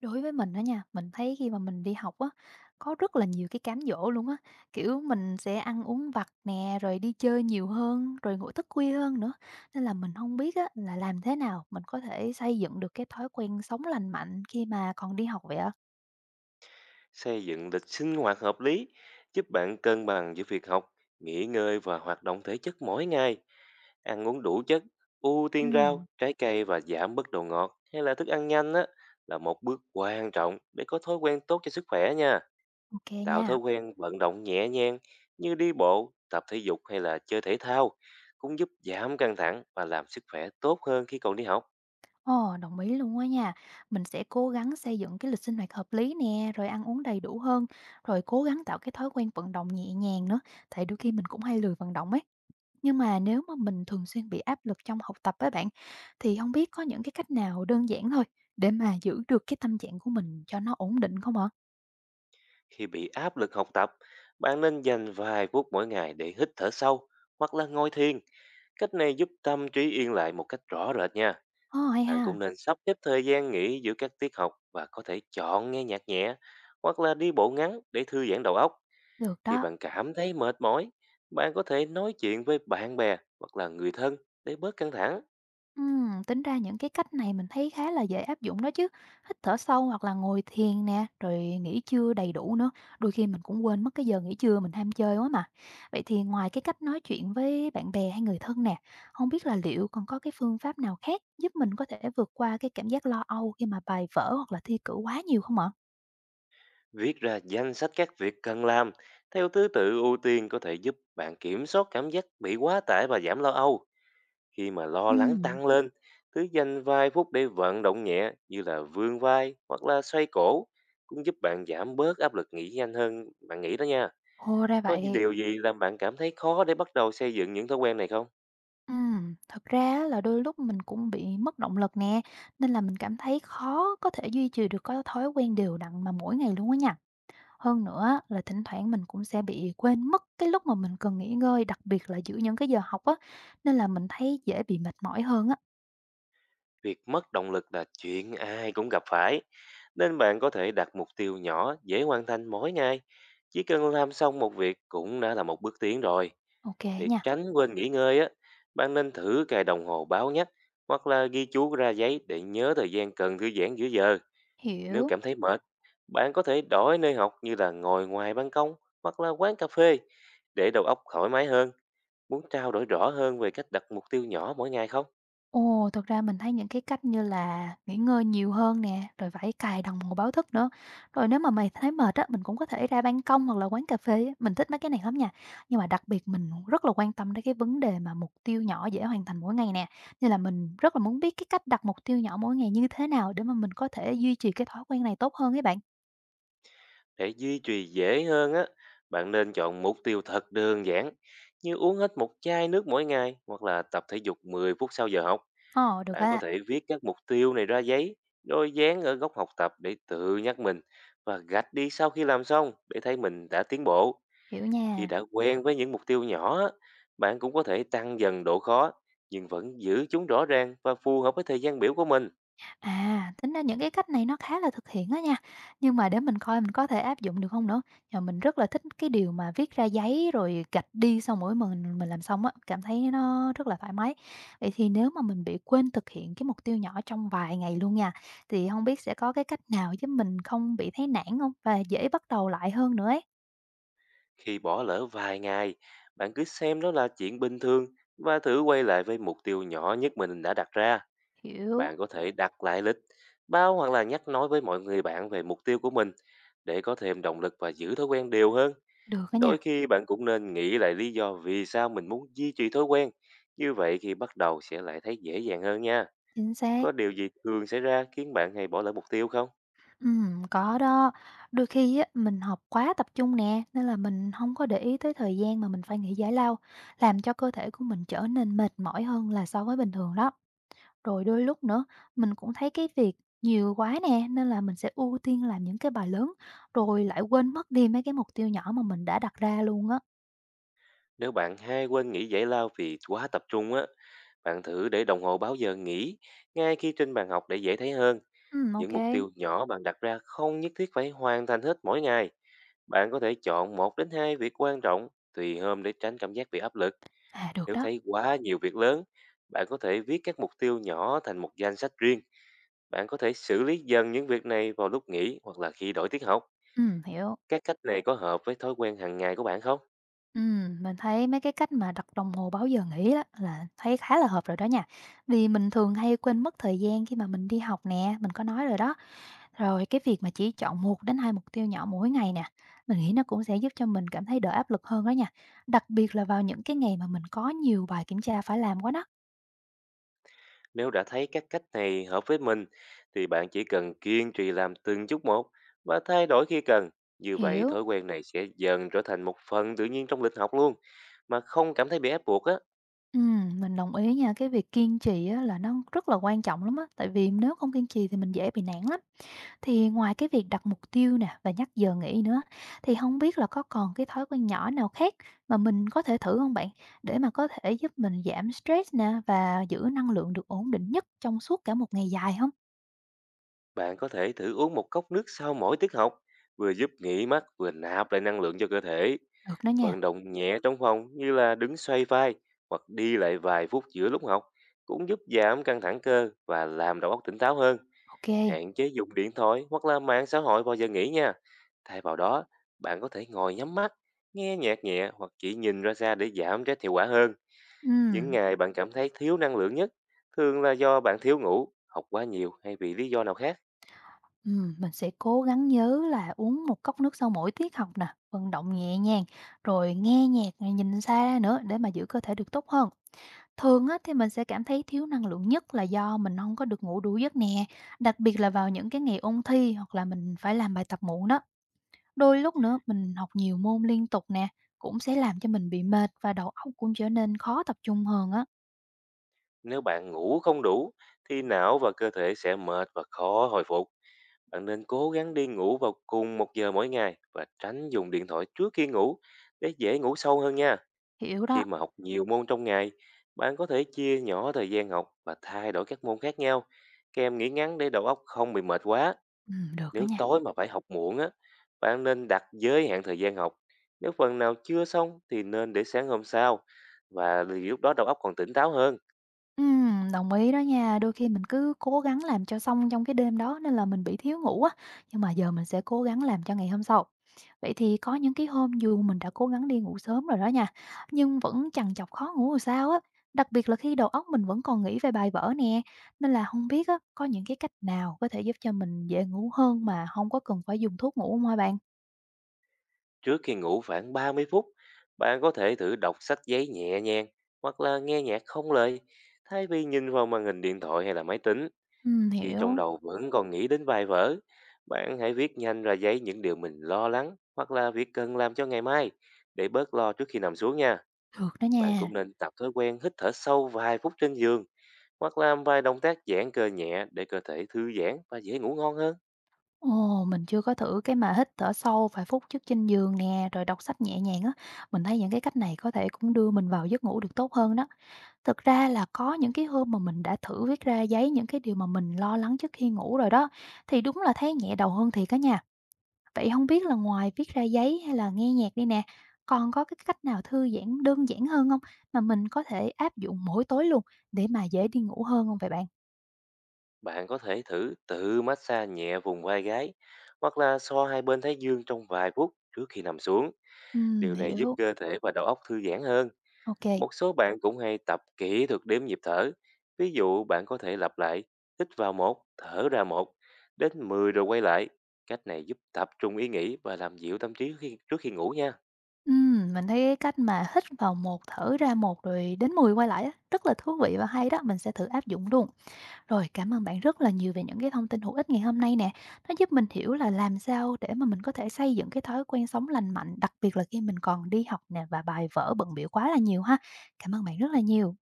Đối với mình đó nha, mình thấy khi mà mình đi học á, có rất là nhiều cái cám dỗ luôn á, kiểu, mình sẽ ăn uống vặt nè, rồi đi chơi nhiều hơn, rồi ngủ thức khuya hơn nữa. Nên là mình không biết á là làm thế nào mình có thể xây dựng được cái thói quen sống lành mạnh khi mà còn đi học vậy ạ? Xây dựng lịch sinh hoạt hợp lý giúp bạn cân bằng giữa việc học, nghỉ ngơi và hoạt động thể chất mỗi ngày. Ăn uống đủ chất, ưu tiên Ừm, rau, trái cây và giảm bớt đồ ngọt hay là thức ăn nhanh á, là một bước quan trọng để có thói quen tốt cho sức khỏe nha. ok Tạo thói nha. quen vận động nhẹ nhàng như đi bộ, tập thể dục hay là chơi thể thao cũng giúp giảm căng thẳng và làm sức khỏe tốt hơn khi còn đi học. Ồ, đồng ý luôn á nha. Mình sẽ cố gắng xây dựng cái lịch sinh hoạt hợp lý nè, rồi ăn uống đầy đủ hơn, rồi cố gắng tạo cái thói quen vận động nhẹ nhàng nữa, tại đôi khi mình cũng hay lười vận động ấy. Nhưng mà nếu mà mình thường xuyên bị áp lực trong học tập với bạn, thì không biết có những cái cách nào đơn giản thôi để mà giữ được cái tâm trạng của mình cho nó ổn định không ạ? Khi bị áp lực học tập, bạn nên dành vài phút mỗi ngày để hít thở sâu hoặc là ngồi thiền. Cách này giúp tâm trí yên lại một cách rõ rệt nha. Ờ, hay Bạn ha! cũng nên sắp xếp thời gian nghỉ giữa các tiết học và có thể chọn nghe nhạc nhẹ hoặc là đi bộ ngắn để thư giãn đầu óc. Được Khi đó. bạn cảm thấy mệt mỏi, bạn có thể nói chuyện với bạn bè hoặc là người thân để bớt căng thẳng. Tính ra những cái cách này mình thấy khá là dễ áp dụng đó chứ. Hít thở sâu hoặc là ngồi thiền nè, rồi nghỉ trưa đầy đủ nữa. Đôi khi mình cũng quên mất cái giờ nghỉ trưa, mình ham chơi quá mà. Vậy thì ngoài cái cách nói chuyện với bạn bè hay người thân nè, không biết là liệu còn có cái phương pháp nào khác giúp mình có thể vượt qua cái cảm giác lo âu khi mà bài vở hoặc là thi cử quá nhiều không ạ? Viết ra danh sách các việc cần làm theo thứ tự ưu tiên có thể giúp bạn kiểm soát cảm giác bị quá tải và giảm lo âu. Khi mà lo lắng Ừm, tăng lên, cứ dành vài phút để vận động nhẹ như là vươn vai hoặc là xoay cổ cũng giúp bạn giảm bớt áp lực nghĩ nhanh hơn bạn nghĩ đó nha. hô ra Có vậy. điều gì làm bạn cảm thấy khó để bắt đầu xây dựng những thói quen này không? Thật ra á là đôi lúc mình cũng bị mất động lực nè, nên là mình cảm thấy khó có thể duy trì được cái thói quen đều đặn mà mỗi ngày luôn á nha. Hơn nữa á là thỉnh thoảng mình cũng sẽ bị quên mất cái lúc mà mình cần nghỉ ngơi, đặc biệt là giữa những cái giờ học á, nên là mình thấy dễ bị mệt mỏi hơn á. Việc mất động lực là chuyện ai cũng gặp phải, nên bạn có thể đặt mục tiêu nhỏ dễ hoàn thành mỗi ngày. Chỉ cần làm xong một việc cũng đã là một bước tiến rồi. Ok kê Để nha, tránh quên nghỉ ngơi á, bạn nên thử cài đồng hồ báo nhắc hoặc là ghi chú ra giấy để nhớ thời gian cần thư giãn giữa giờ. Nếu hiểu. cảm thấy mệt, bạn có thể đổi nơi học như là ngồi ngoài ban công hoặc là quán cà phê để đầu óc thoải mái hơn. Muốn trao đổi rõ hơn về cách đặt mục tiêu nhỏ mỗi ngày không? Ồ, thật ra mình thấy những cái cách như là nghỉ ngơi nhiều hơn nè, rồi phải cài đồng hồ báo thức nữa. Rồi nếu mà mày thấy mệt á, mình cũng có thể ra ban công hoặc là quán cà phê á, mình thích mấy cái này lắm nha. Nhưng mà đặc biệt mình rất là quan tâm đến cái vấn đề mà mục tiêu nhỏ dễ hoàn thành mỗi ngày nè. Nên là mình rất là muốn biết cái cách đặt mục tiêu nhỏ mỗi ngày như thế nào để mà mình có thể duy trì cái thói quen này tốt hơn ấy bạn. Để duy trì dễ hơn á, bạn nên chọn mục tiêu thật đơn giản như uống hết một chai nước mỗi ngày hoặc là tập thể dục 10 phút sau giờ học. Ồ, được Bạn có á, thể viết các mục tiêu này ra giấy, đôi dán ở góc học tập để tự nhắc mình và gạch đi sau khi làm xong để thấy mình đã tiến bộ. hiểu Khi nha. đã quen với những mục tiêu nhỏ, á, bạn cũng có thể tăng dần độ khó nhưng vẫn giữ chúng rõ ràng và phù hợp với thời gian biểu của mình. À, tính ra những cái cách này nó khá là thực hiện á nha. Nhưng mà để mình coi mình có thể áp dụng được không nữa. Mà mình rất là thích cái điều mà viết ra giấy rồi gạch đi xong mỗi mình làm xong á, cảm thấy nó rất là thoải mái. Vậy thì nếu mà mình bị quên thực hiện cái mục tiêu nhỏ trong vài ngày luôn nha, thì không biết sẽ có cái cách nào giúp mình không bị thấy nản không. Và dễ bắt đầu lại hơn nữa ấy. Khi bỏ lỡ vài ngày, bạn cứ xem đó là chuyện bình thường và thử quay lại với mục tiêu nhỏ nhất mình đã đặt ra. Hiểu. Bạn có thể đặt lại lịch, báo hoặc là nhắc nói với mọi người bạn về mục tiêu của mình để có thêm động lực và giữ thói quen đều hơn. Được á Đôi nha, khi bạn cũng nên nghĩ lại lý do vì sao mình muốn duy trì thói quen. Như vậy khi bắt đầu sẽ lại thấy dễ dàng hơn nha. chính xác. Có điều gì thường xảy ra khiến bạn hay bỏ lỡ mục tiêu không? Có đó. Đôi khi á, mình học quá tập trung nè, nên là mình không có để ý tới thời gian mà mình phải nghỉ giải lao, làm cho cơ thể của mình trở nên mệt mỏi hơn là so với bình thường đó. Rồi đôi lúc nữa, mình cũng thấy cái việc nhiều quá nè, nên là mình sẽ ưu tiên làm những cái bài lớn, rồi lại quên mất đi mấy cái mục tiêu nhỏ mà mình đã đặt ra luôn á. Nếu bạn hay quên nghỉ giải lao vì quá tập trung á, bạn thử để đồng hồ báo giờ nghỉ ngay khi trên bàn học để dễ thấy hơn. Ô. Những mục tiêu nhỏ bạn đặt ra không nhất thiết phải hoàn thành hết mỗi ngày. Bạn có thể chọn một đến hai việc quan trọng tùy hôm để tránh cảm giác bị áp lực. À, được Nếu đó. thấy quá nhiều việc lớn, bạn có thể viết các mục tiêu nhỏ thành một danh sách riêng. Bạn có thể xử lý dần những việc này vào lúc nghỉ hoặc là khi đổi tiết học. Hiểu. Các cách này có hợp với thói quen hàng ngày của bạn không? Mình thấy mấy cái cách mà đặt đồng hồ báo giờ nghỉ đó là thấy khá là hợp rồi đó nha. Vì mình thường hay quên mất thời gian khi mà mình đi học nè, mình có nói rồi đó. Rồi cái việc mà chỉ chọn một đến 2 mục tiêu nhỏ mỗi ngày nè, mình nghĩ nó cũng sẽ giúp cho mình cảm thấy đỡ áp lực hơn đó nha. Đặc biệt là vào những cái ngày mà mình có nhiều bài kiểm tra phải làm quá đó. Nếu đã thấy các cách này hợp với mình thì bạn chỉ cần kiên trì làm từng chút một và thay đổi khi cần. Như vậy Hiểu. thói quen này sẽ dần trở thành một phần tự nhiên trong lịch học luôn. Mà không cảm thấy bị ép buộc á, Mình đồng ý nha, cái việc kiên trì á là nó rất là quan trọng lắm á, tại vì nếu không kiên trì thì mình dễ bị nản lắm. Thì ngoài cái việc đặt mục tiêu nè và nhắc giờ nghỉ nữa, thì không biết là có còn cái thói quen nhỏ nào khác mà mình có thể thử không bạn? Để mà có thể giúp mình giảm stress nè và giữ năng lượng được ổn định nhất trong suốt cả một ngày dài không. bạn có thể thử uống một cốc nước sau mỗi tiết học, vừa giúp nghỉ mắt vừa nạp lại năng lượng cho cơ thể. Được đó nha, Vận động nhẹ trong phòng như là đứng xoay vai hoặc đi lại vài phút giữa lúc học cũng giúp giảm căng thẳng cơ và làm đầu óc tỉnh táo hơn. ok kê. Hạn chế dùng điện thoại hoặc là mạng xã hội vào giờ nghỉ nha. Thay vào đó, bạn có thể ngồi nhắm mắt, nghe nhạc nhẹ hoặc chỉ nhìn ra xa để giảm stress hiệu quả hơn. Những Ừm, ngày bạn cảm thấy thiếu năng lượng nhất, thường là do bạn thiếu ngủ, học quá nhiều hay vì lý do nào khác. Mình sẽ cố gắng nhớ là uống một cốc nước sau mỗi tiết học nè, vận động nhẹ nhàng, rồi nghe nhạc, rồi nhìn xa nữa để mà giữ cơ thể được tốt hơn. Thường á, thì mình sẽ cảm thấy thiếu năng lượng nhất là do mình không có được ngủ đủ giấc nè, đặc biệt là vào những cái ngày ôn thi hoặc là mình phải làm bài tập muộn đó. Đôi lúc nữa mình học nhiều môn liên tục nè, cũng sẽ làm cho mình bị mệt và đầu óc cũng trở nên khó tập trung hơn á, Nếu bạn ngủ không đủ, thì não và cơ thể sẽ mệt và khó hồi phục. Bạn nên cố gắng đi ngủ vào cùng một giờ mỗi ngày và tránh dùng điện thoại trước khi ngủ để dễ ngủ sâu hơn nha. hiểu Khi đó. mà học nhiều môn trong ngày, bạn có thể chia nhỏ thời gian học và thay đổi các môn khác nhau. Các em nghỉ ngắn để đầu óc không bị mệt quá. Được á Nếu nha. tối mà phải học muộn á, bạn nên đặt giới hạn thời gian học. Nếu phần nào chưa xong thì nên để sáng hôm sau và vì lúc đó đầu óc còn tỉnh táo hơn. Đồng ý đó nha. Đôi khi mình cứ cố gắng làm cho xong trong cái đêm đó nên là mình bị thiếu ngủ á, nhưng mà giờ mình sẽ cố gắng làm cho ngày hôm sau. Vậy thì có những cái hôm dù mình đã cố gắng đi ngủ sớm rồi đó nha, nhưng vẫn trằn chọc khó ngủ rồi sao á, đặc biệt là khi đầu óc mình vẫn còn nghĩ về bài vở nè, nên là không biết á, có những cái cách nào có thể giúp cho mình dễ ngủ hơn mà không có cần phải dùng thuốc ngủ không hả bạn? Trước khi ngủ khoảng 30 phút, bạn có thể thử đọc sách giấy nhẹ nhàng hoặc là nghe nhạc không lời thay vì nhìn vào màn hình điện thoại hay là máy tính. Khi trong Hiểu, đầu vẫn còn nghĩ đến bài vở, bạn hãy viết nhanh ra giấy những điều mình lo lắng hoặc là việc cần làm cho ngày mai để bớt lo trước khi nằm xuống nha. được đó Bạn nha. cũng nên tập thói quen hít thở sâu vài phút trên giường hoặc làm vài động tác giãn cơ nhẹ để cơ thể thư giãn và dễ ngủ ngon hơn. Ồ, mình chưa có thử cái mà hít thở sâu vài phút trước trên giường nè, rồi đọc sách nhẹ nhàng á. Mình thấy những cái cách này có thể cũng đưa mình vào giấc ngủ được tốt hơn đó. Thực ra là có những cái hôm mà mình đã thử viết ra giấy những cái điều mà mình lo lắng trước khi ngủ rồi đó, thì đúng là thấy nhẹ đầu hơn thiệt cả nhà. Vậy không biết là ngoài viết ra giấy hay là nghe nhạc đi nè, còn có cái cách nào thư giãn đơn giản hơn không mà mình có thể áp dụng mỗi tối luôn để mà dễ đi ngủ hơn không vậy bạn? Bạn có thể thử tự massage nhẹ vùng vai gáy hoặc là xoa hai bên thái dương trong vài phút trước khi nằm xuống. Ừ, Điều này giúp hiểu. cơ thể và đầu óc thư giãn hơn. Ok. Một số bạn cũng hay tập kỹ thuật đếm nhịp thở. Ví dụ bạn có thể lặp lại hít vào một, thở ra một, đến 10 rồi quay lại. Cách này giúp tập trung ý nghĩ và làm dịu tâm trí trước khi ngủ nha. Mình thấy cái cách mà hít vào một thở ra một rồi đến 10 quay lại á, rất là thú vị và hay đó, mình sẽ thử áp dụng luôn. Rồi, cảm ơn bạn rất là nhiều về những cái thông tin hữu ích ngày hôm nay nè. Nó giúp mình hiểu là làm sao để mà mình có thể xây dựng cái thói quen sống lành mạnh, đặc biệt là khi mình còn đi học nè và bài vở bận bịu quá là nhiều ha. Cảm ơn bạn rất là nhiều.